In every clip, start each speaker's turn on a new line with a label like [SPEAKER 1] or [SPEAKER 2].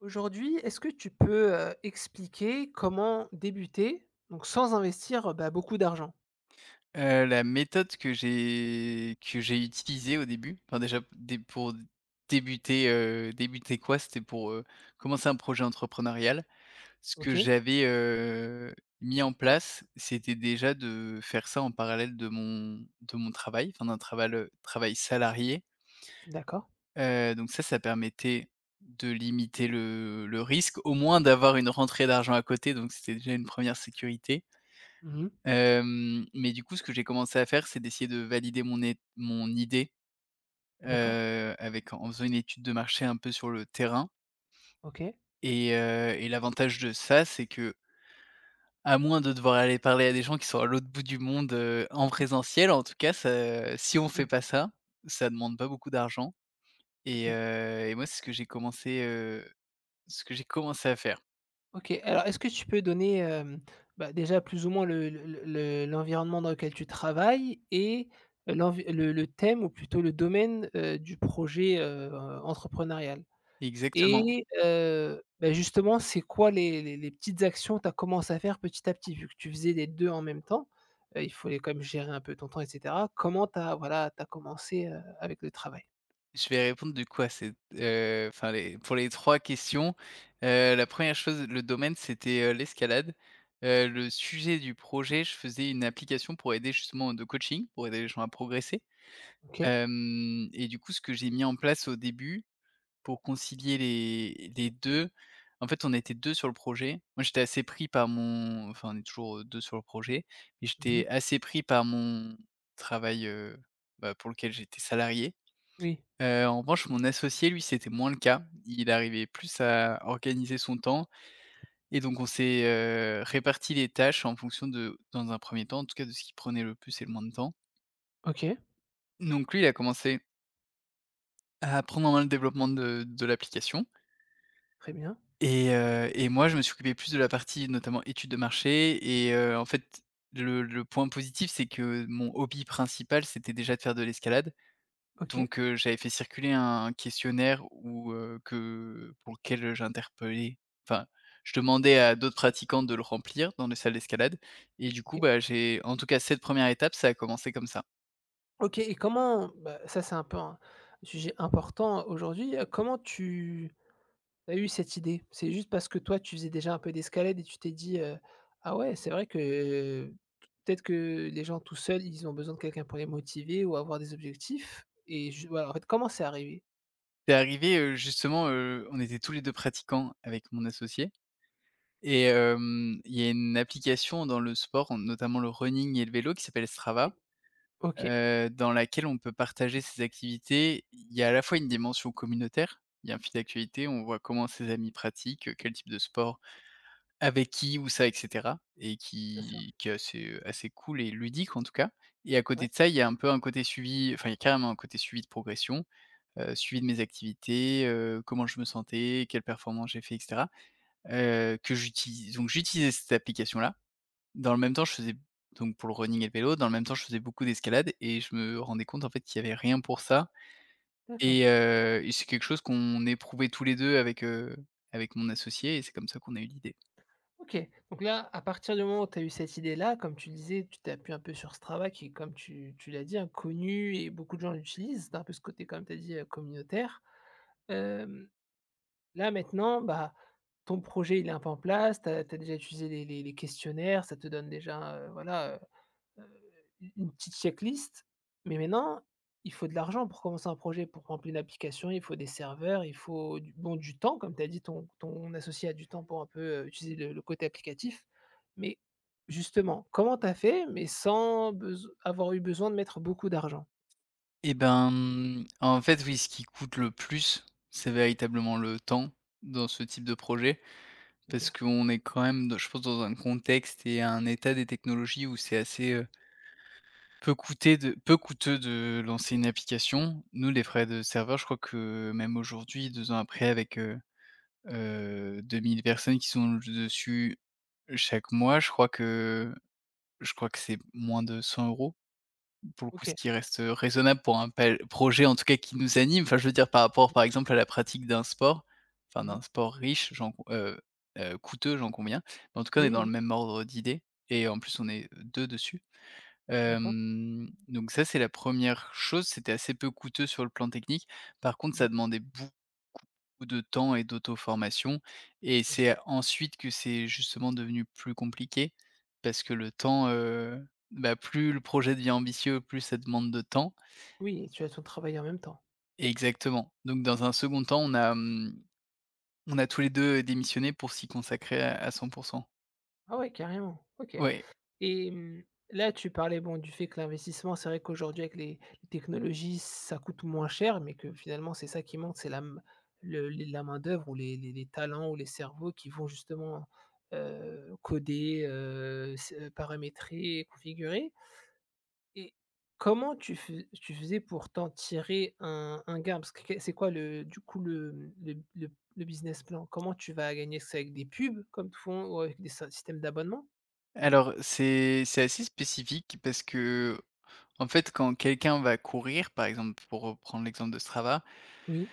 [SPEAKER 1] Aujourd'hui, est-ce que tu peux, expliquer comment débuter, donc sans investir, beaucoup d'argent?
[SPEAKER 2] La méthode que j'ai utilisée au début, enfin déjà dé pour débuter, débuter quoi? C'était pour, commencer un projet entrepreneurial. Ce que
[SPEAKER 1] OK,
[SPEAKER 2] j'avais, mis en place, c'était déjà de faire ça en parallèle de mon travail, enfin d'un travail, travail salarié.
[SPEAKER 1] d'accord.
[SPEAKER 2] Donc ça permettait de limiter le risque, au moins d'avoir une rentrée d'argent à côté, donc c'était déjà une première sécurité.
[SPEAKER 1] Mmh.
[SPEAKER 2] Mais du coup, ce que j'ai commencé à faire, c'est d'essayer de valider mon idée,
[SPEAKER 1] D'accord.
[SPEAKER 2] avec en faisant une étude de marché un peu sur le terrain,
[SPEAKER 1] OK.
[SPEAKER 2] et l'avantage de ça, c'est que, à moins de devoir aller parler à des gens qui sont à l'autre bout du monde, en présentiel, en tout cas, ça si on
[SPEAKER 1] Mmh.
[SPEAKER 2] fait pas ça, ça demande pas beaucoup d'argent, et
[SPEAKER 1] OK.
[SPEAKER 2] moi, c'est ce que j'ai commencé à faire.
[SPEAKER 1] OK. Alors est-ce que tu peux donner, déjà plus ou moins le l'environnement dans lequel tu travailles et l'envi le thème ou plutôt le domaine, du projet, entrepreneurial?
[SPEAKER 2] Exactement.
[SPEAKER 1] Et justement, c'est quoi les petites actions que tu as commencé à faire petit à petit? Vu que tu faisais les 2 en même temps, il fallait quand même gérer un peu ton temps et cetera. Comment tu as voilà, tu as commencé, avec le travail?
[SPEAKER 2] Je vais répondre du coup à ces enfin les pour les 3 questions. La première chose, le domaine, c'était, l'escalade. Le sujet du projet, je faisais une application pour aider justement de coaching, pour aider les gens à progresser.
[SPEAKER 1] OK.
[SPEAKER 2] Hem Et du coup, ce que j'ai mis en place au début pour concilier les 2, en fait, on était 2 sur le projet. Moi, j'étais assez pris par mon enfin, On est toujours 2 sur le projet, mais
[SPEAKER 1] Mmh.
[SPEAKER 2] j'étais assez pris par mon travail, bah, pour lequel j'étais salarié.
[SPEAKER 1] Oui.
[SPEAKER 2] En revanche, mon associé, lui, c'était moins le cas. Il arrivait plus à organiser son temps et donc on s'est, réparti les tâches en fonction de dans un premier temps, en tout cas, de ce qui prenait le plus et le moins de temps.
[SPEAKER 1] OK.
[SPEAKER 2] Donc lui, il a commencé à prendre en main le développement de l'application,
[SPEAKER 1] Très bien.
[SPEAKER 2] et moi, je me suis occupé plus de la partie, notamment, études de marché, et en fait, le point positif, c'est que mon hobby principal, c'était déjà de faire de l'escalade.
[SPEAKER 1] OK.
[SPEAKER 2] J'avais fait circuler un questionnaire où que pour lequel j'interpellais, enfin, je demandais à d'autres pratiquants de le remplir dans les salles d'escalade, et du coup,
[SPEAKER 1] OK.
[SPEAKER 2] bah, j'ai en tout cas cette première étape, ça a commencé comme ça.
[SPEAKER 1] OK. Et comment bah, ça, c'est un peu un sujet important aujourd'hui. Comment tu Tu as eu cette idée? C'est juste parce que toi, tu faisais déjà un peu d'escalade et tu t'es dit, «Ah ouais, c'est vrai que peut-être que les gens tout seuls, ils ont besoin de quelqu'un pour les motiver ou avoir des objectifs» et ju voilà, en fait, comment c'est arrivé?
[SPEAKER 2] C'est arrivé, justement, on était tous les 2 pratiquants avec mon associé, et il y a une application dans le sport, notamment le running et le vélo, qui s'appelle
[SPEAKER 1] Oui.
[SPEAKER 2] Strava,
[SPEAKER 1] OK.
[SPEAKER 2] dans laquelle on peut partager ses activités. Il y a à la fois une dimension communautaire, il y a un fil d'actualité, on voit comment ses amis pratiquent, quel type de sport, avec qui, où ça et cetera, et
[SPEAKER 1] Bien sûr.
[SPEAKER 2] qui est assez cool et ludique en tout cas, et à
[SPEAKER 1] Ouais,
[SPEAKER 2] côté de ça, il y a un peu un côté suivi, enfin il y a carrément un côté suivi de progression, suivi de mes activités, comment je me sentais, quelle performance j'ai fait et cetera, que j'utilise donc j'utilisais cette application-là. Dans le même temps, je faisais pour le running et le vélo, dans le même temps, je faisais beaucoup d'escalade et je me rendais compte, en fait, qu'il y avait rien pour ça,
[SPEAKER 1] d'accord.
[SPEAKER 2] et c'est quelque chose qu'on éprouvait tous les 2 avec, avec mon associé, et c'est comme ça qu'on a eu l'idée.
[SPEAKER 1] OK. Donc là, à partir du moment où tu as eu cette idée-là, comme tu disais, tu t'appuies un peu sur Strava qui est comme tu l'as dit, inconnu et beaucoup de gens l'utilisent. Tu un peu ce côté, comme tu as dit, communautaire. Là, maintenant, bah, ton projet, il est un peu en place, tu as déjà utilisé les questionnaires, ça te donne déjà, voilà, heu heu, u une petite checklist. Mais maintenant, il faut de l'argent pour commencer un projet, pour remplir l'application, il faut des serveurs, il faut du bon, du temps, comme tu as dit, ton associé a du temps pour un peu, utiliser le côté applicatif. Mais justement, comment tu as fait, mais sans beso avoir eu besoin de mettre beaucoup d'argent?
[SPEAKER 2] Et ben, en fait, oui, ce qui coûte le plus, c'est véritablement le temps dans ce type de projet, parce
[SPEAKER 1] OK.
[SPEAKER 2] qu'on est quand même, d je pense, dans un contexte et un état des technologies où c'est peu coûter de peu coûteux de lancer une application. Nous, les frais de serveur, je crois que même aujourd'hui, 2 ans après, avec 2 000 personnes qui sont dessus chaque mois, je crois que c'est moins de 100 €, pour le coup, ce
[SPEAKER 1] OK.
[SPEAKER 2] qui reste raisonnable pour un pel projet, en tout cas, qui nous anime. Enfin, je veux dire par rapport, par exemple, à la pratique d'un sport, enfin,
[SPEAKER 1] Mmh.
[SPEAKER 2] d'un sport riche, j'en con coûteux, j'en conviens. Mais en tout cas, on est
[SPEAKER 1] Oui,
[SPEAKER 2] dans le
[SPEAKER 1] oui.
[SPEAKER 2] même ordre d'idées, et en plus, on est 2 dessus.
[SPEAKER 1] D'accord.
[SPEAKER 2] Donc ça, c'est la première chose, c'était assez peu coûteux sur le plan technique. Par contre, ça
[SPEAKER 1] Mmh.
[SPEAKER 2] demandait beaucoup de temps et d'auto-formation, et
[SPEAKER 1] Bien sûr.
[SPEAKER 2] c'est ensuite que c'est justement devenu plus compliqué parce que le temps, bah, plus le projet devient ambitieux, plus ça demande de temps.
[SPEAKER 1] Oui, tu as ton travail en même temps.
[SPEAKER 2] Exactement. Donc dans un second temps, on a, on a tous les 2 démissionné pour s'y consacrer à 100.
[SPEAKER 1] Ah ouais, carrément, OK.
[SPEAKER 2] Ouais.
[SPEAKER 1] Et mmh, là, tu parlais, bon, du fait que l'investissement, c'est vrai qu'aujourd'hui avec les technologies, ça coûte moins cher, mais que finalement, c'est ça qui manque, c'est la m le les la main-d'œuvre ou les talents ou les cerveaux qui vont justement, coder, s paramétrer, configurer. Et comment tu faisais pour t'en tirer un gain? Parce que c'est quoi le du coup le, mmh, le business plan? Comment tu vas gagner? Est-ce que C'est avec des pubs comme te font ou avec des sy systèmes d'abonnement?
[SPEAKER 2] Alors c'est assez spécifique parce que, en fait, quand quelqu'un va courir, par exemple, pour reprendre l'exemple de Strava,
[SPEAKER 1] Oui,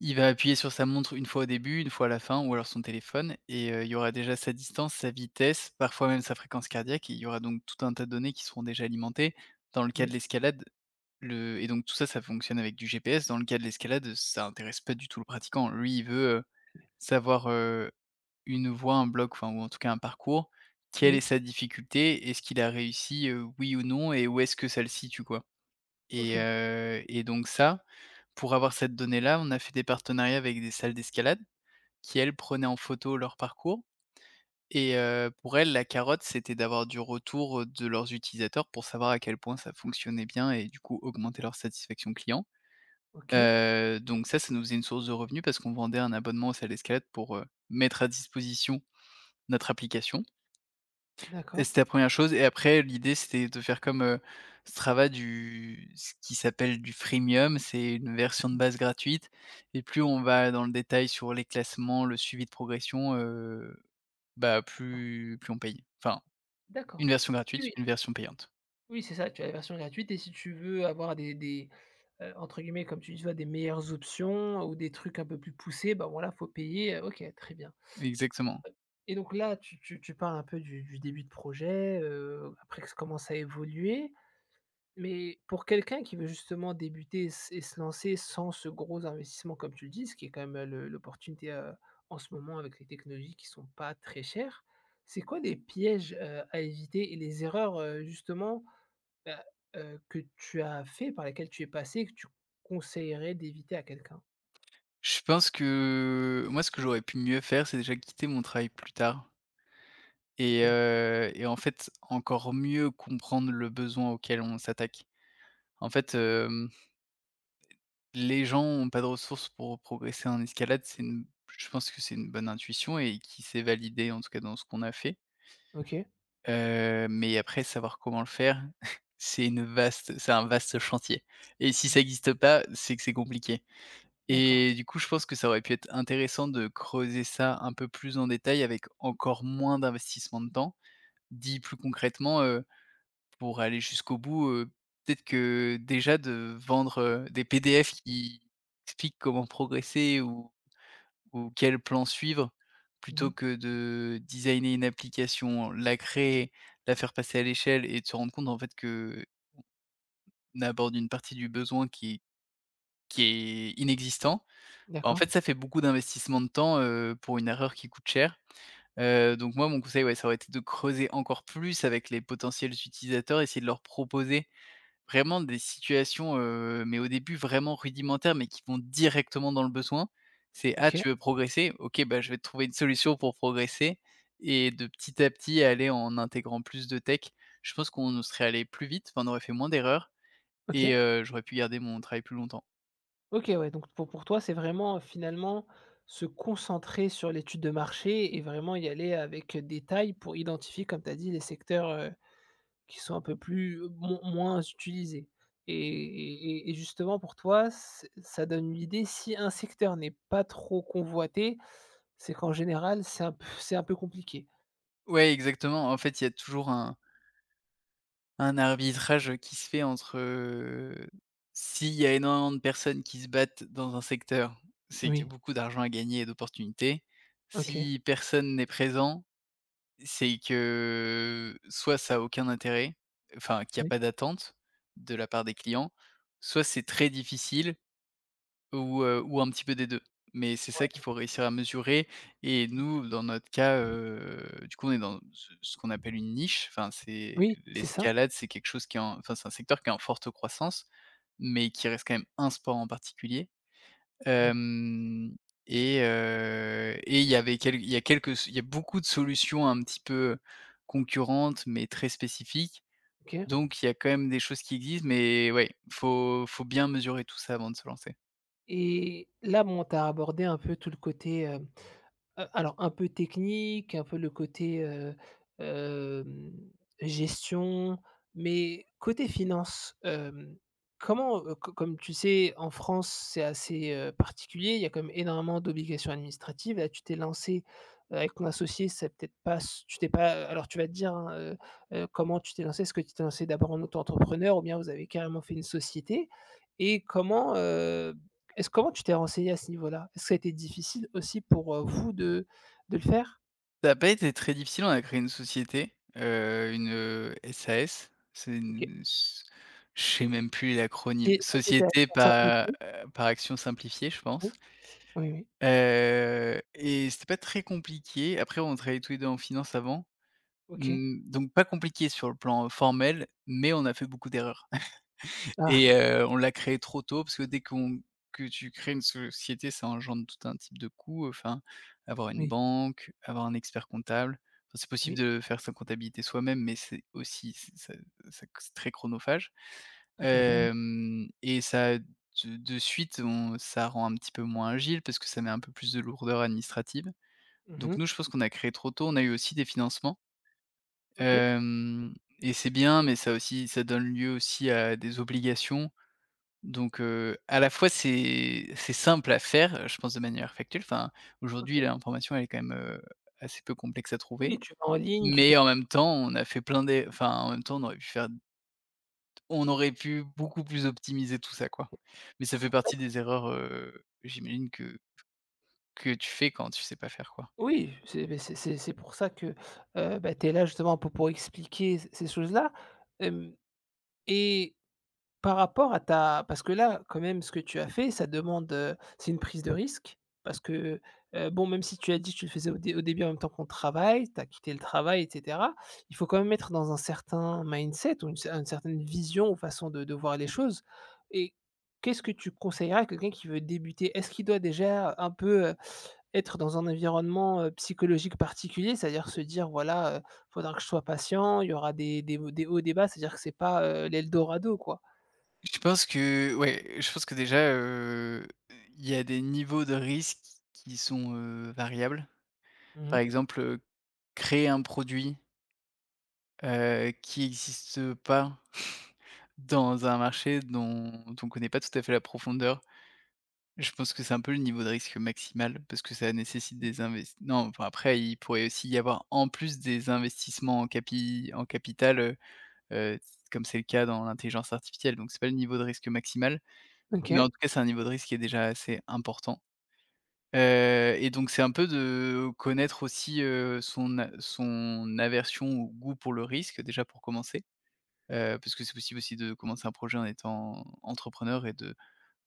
[SPEAKER 2] il va appuyer sur sa montre une fois au début, une fois à la fin, ou alors son téléphone, et il y aura déjà sa distance, sa vitesse, parfois même sa fréquence cardiaque, et il y aura donc tout un tas de données qui seront déjà alimentées. Dans le cas de
[SPEAKER 1] oui,
[SPEAKER 2] l'escalade, le et donc tout ça, ça fonctionne avec du GPS. Dans le cas de l'escalade, ça intéresse pas du tout le pratiquant. Lui, il veut, savoir, une voie, un bloc, enfin, ou en tout cas un parcours. Quelle est
[SPEAKER 1] oui,
[SPEAKER 2] sa difficulté? Est-ce qu'il a réussi, oui ou non? Et où est-ce que ça le situe, quoi? Et
[SPEAKER 1] OK,
[SPEAKER 2] donc ça, pour avoir cette donnée-là, on a fait des partenariats avec des salles d'escalade qui, elles, prenaient en photo leur parcours, et pour elles, la carotte, c'était d'avoir du retour de leurs utilisateurs pour savoir à quel point ça fonctionnait bien, et du coup augmenter leur satisfaction client.
[SPEAKER 1] OK,
[SPEAKER 2] Donc ça nous faisait une source de revenus parce qu'on vendait un abonnement aux salles d'escalade pour, mettre à disposition notre application. Et
[SPEAKER 1] d'accord,
[SPEAKER 2] c'était la première chose, et après l'idée c'était de faire comme, Strava, du ce qui s'appelle du freemium, c'est une version de base gratuite, et plus on va dans le détail sur les classements, le suivi de progression, bah,
[SPEAKER 1] d'accord,
[SPEAKER 2] plus on paye. Enfin, une
[SPEAKER 1] d'accord.
[SPEAKER 2] version
[SPEAKER 1] Oui,
[SPEAKER 2] gratuite,
[SPEAKER 1] oui,
[SPEAKER 2] une version payante.
[SPEAKER 1] oui, c'est ça, tu as la version gratuite et si tu veux avoir entre guillemets, comme tu dis, tu vois, «des meilleures options» ou des trucs un peu plus poussés, ben voilà, faut payer, OK, très bien.
[SPEAKER 2] Exactement.
[SPEAKER 1] Et donc là, tu parles un peu du début de projet, après que ça commence à évoluer. Mais pour quelqu'un qui veut justement débuter et se lancer sans ce gros investissement comme tu le dis, ce qui est quand même, le l'opportunité, en ce moment avec les technologies qui sont pas très chères. C'est quoi les pièges, à éviter et les erreurs, justement, bah, que tu as fait, par lesquelles tu es passé et que tu conseillerais d'éviter à quelqu'un?
[SPEAKER 2] Je pense que moi, ce que j'aurais pu mieux faire, c'est déjà quitter mon travail plus tard, et
[SPEAKER 1] OK,
[SPEAKER 2] en fait encore mieux comprendre le besoin auquel on s'attaque. En fait, les gens ont pas de ressources pour progresser en escalade, c'est une je pense que c'est une bonne intuition et qui s'est validée, en tout cas, dans ce qu'on a fait.
[SPEAKER 1] OK.
[SPEAKER 2] Mais après, savoir comment le faire, c'est un vaste chantier, et si
[SPEAKER 1] Mmh.
[SPEAKER 2] ça n'existe pas, c'est que c'est compliqué,
[SPEAKER 1] D'accord.
[SPEAKER 2] et du coup, je pense que ça aurait pu être intéressant de creuser ça un peu plus en détail avec encore moins d'investissement de temps. Dit plus concrètement, pour aller jusqu'au bout, peut-être que déjà de vendre, des PDF qui expliquent comment progresser, ou quel plan suivre, plutôt
[SPEAKER 1] Mmh.
[SPEAKER 2] que de designer une application, la créer, la faire passer à l'échelle, et de se rendre compte en fait qu'on aborde une partie du besoin qui est inexistant. Bah, en
[SPEAKER 1] D'accord.
[SPEAKER 2] fait, ça fait beaucoup d'investissement de temps, pour une erreur qui coûte cher. Donc moi, mon conseil, ouais, ça aurait été de creuser encore plus avec les potentiels utilisateurs, essayer de leur proposer vraiment des situations, mais au début vraiment rudimentaires, mais qui vont directement dans le besoin. C'est: «Ah,
[SPEAKER 1] OK,
[SPEAKER 2] tu veux progresser? OK, bah, je vais te trouver une solution pour progresser», et de petit à petit aller en intégrant plus de tech. Je pense qu'on serait allé plus vite, enfin on aurait fait moins d'erreurs, et
[SPEAKER 1] OK.
[SPEAKER 2] j'aurais pu garder mon travail plus longtemps.
[SPEAKER 1] OK, ouais, donc pour toi, c'est vraiment, finalement, se concentrer sur l'étude de marché et vraiment y aller avec, détail pour identifier, comme tu as dit, les secteurs, qui sont un peu plus mon moins utilisés et justement pour toi, c'est ça donne une idée si un secteur n'est pas trop convoité, c'est qu'en général, c'est un peu compliqué?
[SPEAKER 2] Ouais, exactement. En fait, il y a toujours un arbitrage qui se fait entre, s'il y a énormément de personnes qui se battent dans un secteur, c'est qu'il y a
[SPEAKER 1] Oui,
[SPEAKER 2] beaucoup d'argent à gagner et d'opportunités.
[SPEAKER 1] OK,
[SPEAKER 2] Si personne n'est présent, c'est que soit ça a aucun intérêt, enfin qu'il y a
[SPEAKER 1] oui,
[SPEAKER 2] pas d'attente de la part des clients, soit c'est très difficile, ou, un petit peu des deux. Mais c'est ça qu'il
[SPEAKER 1] ouais.
[SPEAKER 2] faut réussir à mesurer, et nous, dans notre cas, du coup, on est dans ce qu'on appelle une niche. Enfin, c'est
[SPEAKER 1] Oui, c'est ça.
[SPEAKER 2] l'escalade, c'est quelque chose qui est en enfin, c'est un secteur qui est en forte croissance, mais qui reste quand même un sport en particulier.
[SPEAKER 1] D'acc
[SPEAKER 2] Hem Et il y avait quel il y a quelques il y a beaucoup de solutions un petit peu concurrentes, mais très spécifiques.
[SPEAKER 1] OK.
[SPEAKER 2] Donc il y a quand même des choses qui existent, mais ouais, faut bien mesurer tout ça avant de se lancer.
[SPEAKER 1] Et là, bon, tu as abordé un peu tout le côté, un peu technique, un peu le côté, hem, gestion, mais côté finance, comment, co comme tu sais, en France, c'est assez, particulier, il y a quand même énormément d'obligations administratives. Là, tu t'es lancé, avec ton associé, c'est peut-être pas s tu t'es pas alors tu vas te dire, hein, comment tu t'es lancé? Est-ce que tu t'es lancé d'abord en auto-entrepreneur ou bien vous avez carrément fait une société? Et comment, est-ce comment tu t'es renseigné à ce niveau-là? Est-ce que ça a été difficile aussi pour, vous de le faire?
[SPEAKER 2] Ça a pas été très difficile, on a créé une société, une, SAS. C'est
[SPEAKER 1] OK.
[SPEAKER 2] une s Je sais même plus l'acronyme.
[SPEAKER 1] C'est Société à
[SPEAKER 2] Société
[SPEAKER 1] Action
[SPEAKER 2] par,
[SPEAKER 1] Simplifiée?
[SPEAKER 2] par action simplifiée, je pense.
[SPEAKER 1] Oui. Oui, oui.
[SPEAKER 2] Et c'était pas très compliqué. Après on travaillait tous les 2 en finance avant,
[SPEAKER 1] OK.
[SPEAKER 2] mmh, donc pas compliqué sur le plan formel, mais on a fait beaucoup d'erreurs.
[SPEAKER 1] Ah!
[SPEAKER 2] Et on l'a créé trop tôt parce que dès qu'on que tu crées une société, ça engendre tout un type de coûts, enfin, avoir une
[SPEAKER 1] Oui,
[SPEAKER 2] banque, avoir un expert comptable. Enfin, c'est possible
[SPEAKER 1] oui,
[SPEAKER 2] de faire sa comptabilité soi-même, mais c'est aussi c'est ça ça c'est très chronophage.
[SPEAKER 1] tout à fait.
[SPEAKER 2] Hem Et ça de suite, on ça rend un petit peu moins agile parce que ça met un peu plus de lourdeur administrative. Donc
[SPEAKER 1] Mmh.
[SPEAKER 2] nous, je pense qu'on a créé trop tôt, on a eu aussi des financements,
[SPEAKER 1] OK,
[SPEAKER 2] hem et c'est bien, mais ça aussi ça donne lieu aussi à des obligations donc à la fois c'est simple à faire, je pense, de manière factuelle. Enfin, aujourd'hui
[SPEAKER 1] OK.
[SPEAKER 2] l'information elle est quand même, assez peu complexe à trouver.
[SPEAKER 1] Oui, tu vas en ligne, tu fais
[SPEAKER 2] Mais en même temps, on a fait plein d'é enfin en même temps on aurait pu beaucoup plus optimiser tout ça, quoi. Mais ça fait partie des erreurs, j'imagine, que tu fais quand tu sais pas faire, quoi.
[SPEAKER 1] oui, c'est pour ça que, tu es là justement pour expliquer c ces choses-là, hem et Par rapport à ta parce que là, quand même, ce que tu as fait, ça demande, c'est une prise de risque parce que, bon, même si tu as dit que tu le faisais au dé au début en même temps qu'on travaille, tu as quitté le travail et cetera. Il faut quand même être dans un certain mindset ou une cer une certaine vision ou façon de voir les choses et qu'est-ce que tu conseillerais à quelqu'un qui veut débuter? Est-ce qu'il doit déjà un peu, être dans un environnement, psychologique particulier? C'est-à-dire se dire: «Voilà, faudra que je sois patient, il y aura des hauts des hauts, des bas», c'est-à-dire que c'est pas, l'eldorado, quoi?
[SPEAKER 2] Je pense que ouais, je pense que déjà, il y a des niveaux de risque qui sont, variables.
[SPEAKER 1] Mmh
[SPEAKER 2] Par
[SPEAKER 1] mh.
[SPEAKER 2] exemple, créer un produit qui n'existe pas dans un marché dont on ne connaît pas tout à fait la profondeur. Je pense que c'est un peu le niveau de risque maximal parce que ça nécessite des invest non, enfin, après il pourrait aussi y avoir en plus des investissements en capi en capital, heu, comme c'est le cas dans l'intelligence artificielle, donc c'est pas le niveau de risque maximal, mais en
[SPEAKER 1] OK.
[SPEAKER 2] tout cas, c'est un niveau de risque qui est déjà assez important, et donc c'est un peu de connaître aussi, son aversion ou goût pour le risque, déjà pour commencer. Parce que c'est possible aussi de commencer un projet en étant entrepreneur et de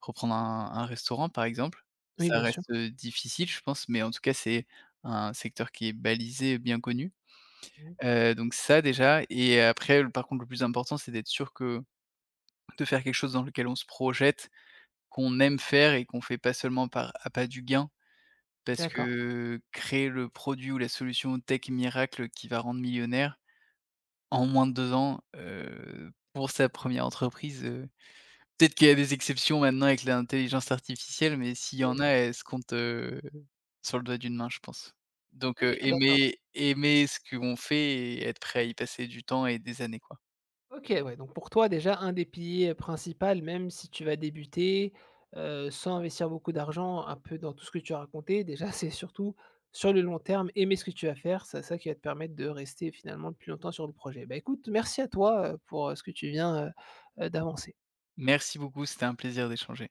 [SPEAKER 2] reprendre un restaurant, par exemple.
[SPEAKER 1] Oui,
[SPEAKER 2] Ça
[SPEAKER 1] bien sûr.
[SPEAKER 2] reste, difficile, je pense, mais en tout cas, c'est un secteur qui est balisé, bien connu.
[SPEAKER 1] Mmh.
[SPEAKER 2] Donc ça déjà, et après, le par contre, le plus important, c'est d'être sûr que de faire quelque chose dans lequel on se projette, qu'on aime faire et qu'on fait pas seulement par à pas du gain. Parce
[SPEAKER 1] D'accord.
[SPEAKER 2] que créer le produit ou la solution tech miracle qui va rendre millionnaire en moins de 2 ans, pour sa première entreprise, peut-être qu'il y a des exceptions maintenant avec l'intelligence artificielle, mais s'il y en
[SPEAKER 1] Oui.
[SPEAKER 2] a, elles se comptent, sur le doigt d'une main, je pense. Donc,
[SPEAKER 1] OK, d'accord.
[SPEAKER 2] aimer ce qu'on fait et être prêt à y passer du temps et des années, quoi.
[SPEAKER 1] OK, ouais, donc pour toi, déjà, un des piliers principal, même si tu vas débuter, sans investir beaucoup d'argent, un peu dans tout ce que tu as raconté, déjà, c'est surtout sur le long terme, aimer ce que tu vas faire, c'est ça qui va te permettre de rester finalement le plus longtemps sur le projet. Bah, écoute, merci à toi, pour, ce que tu viens, d'avancer.
[SPEAKER 2] Merci beaucoup, c'était un plaisir d'échanger.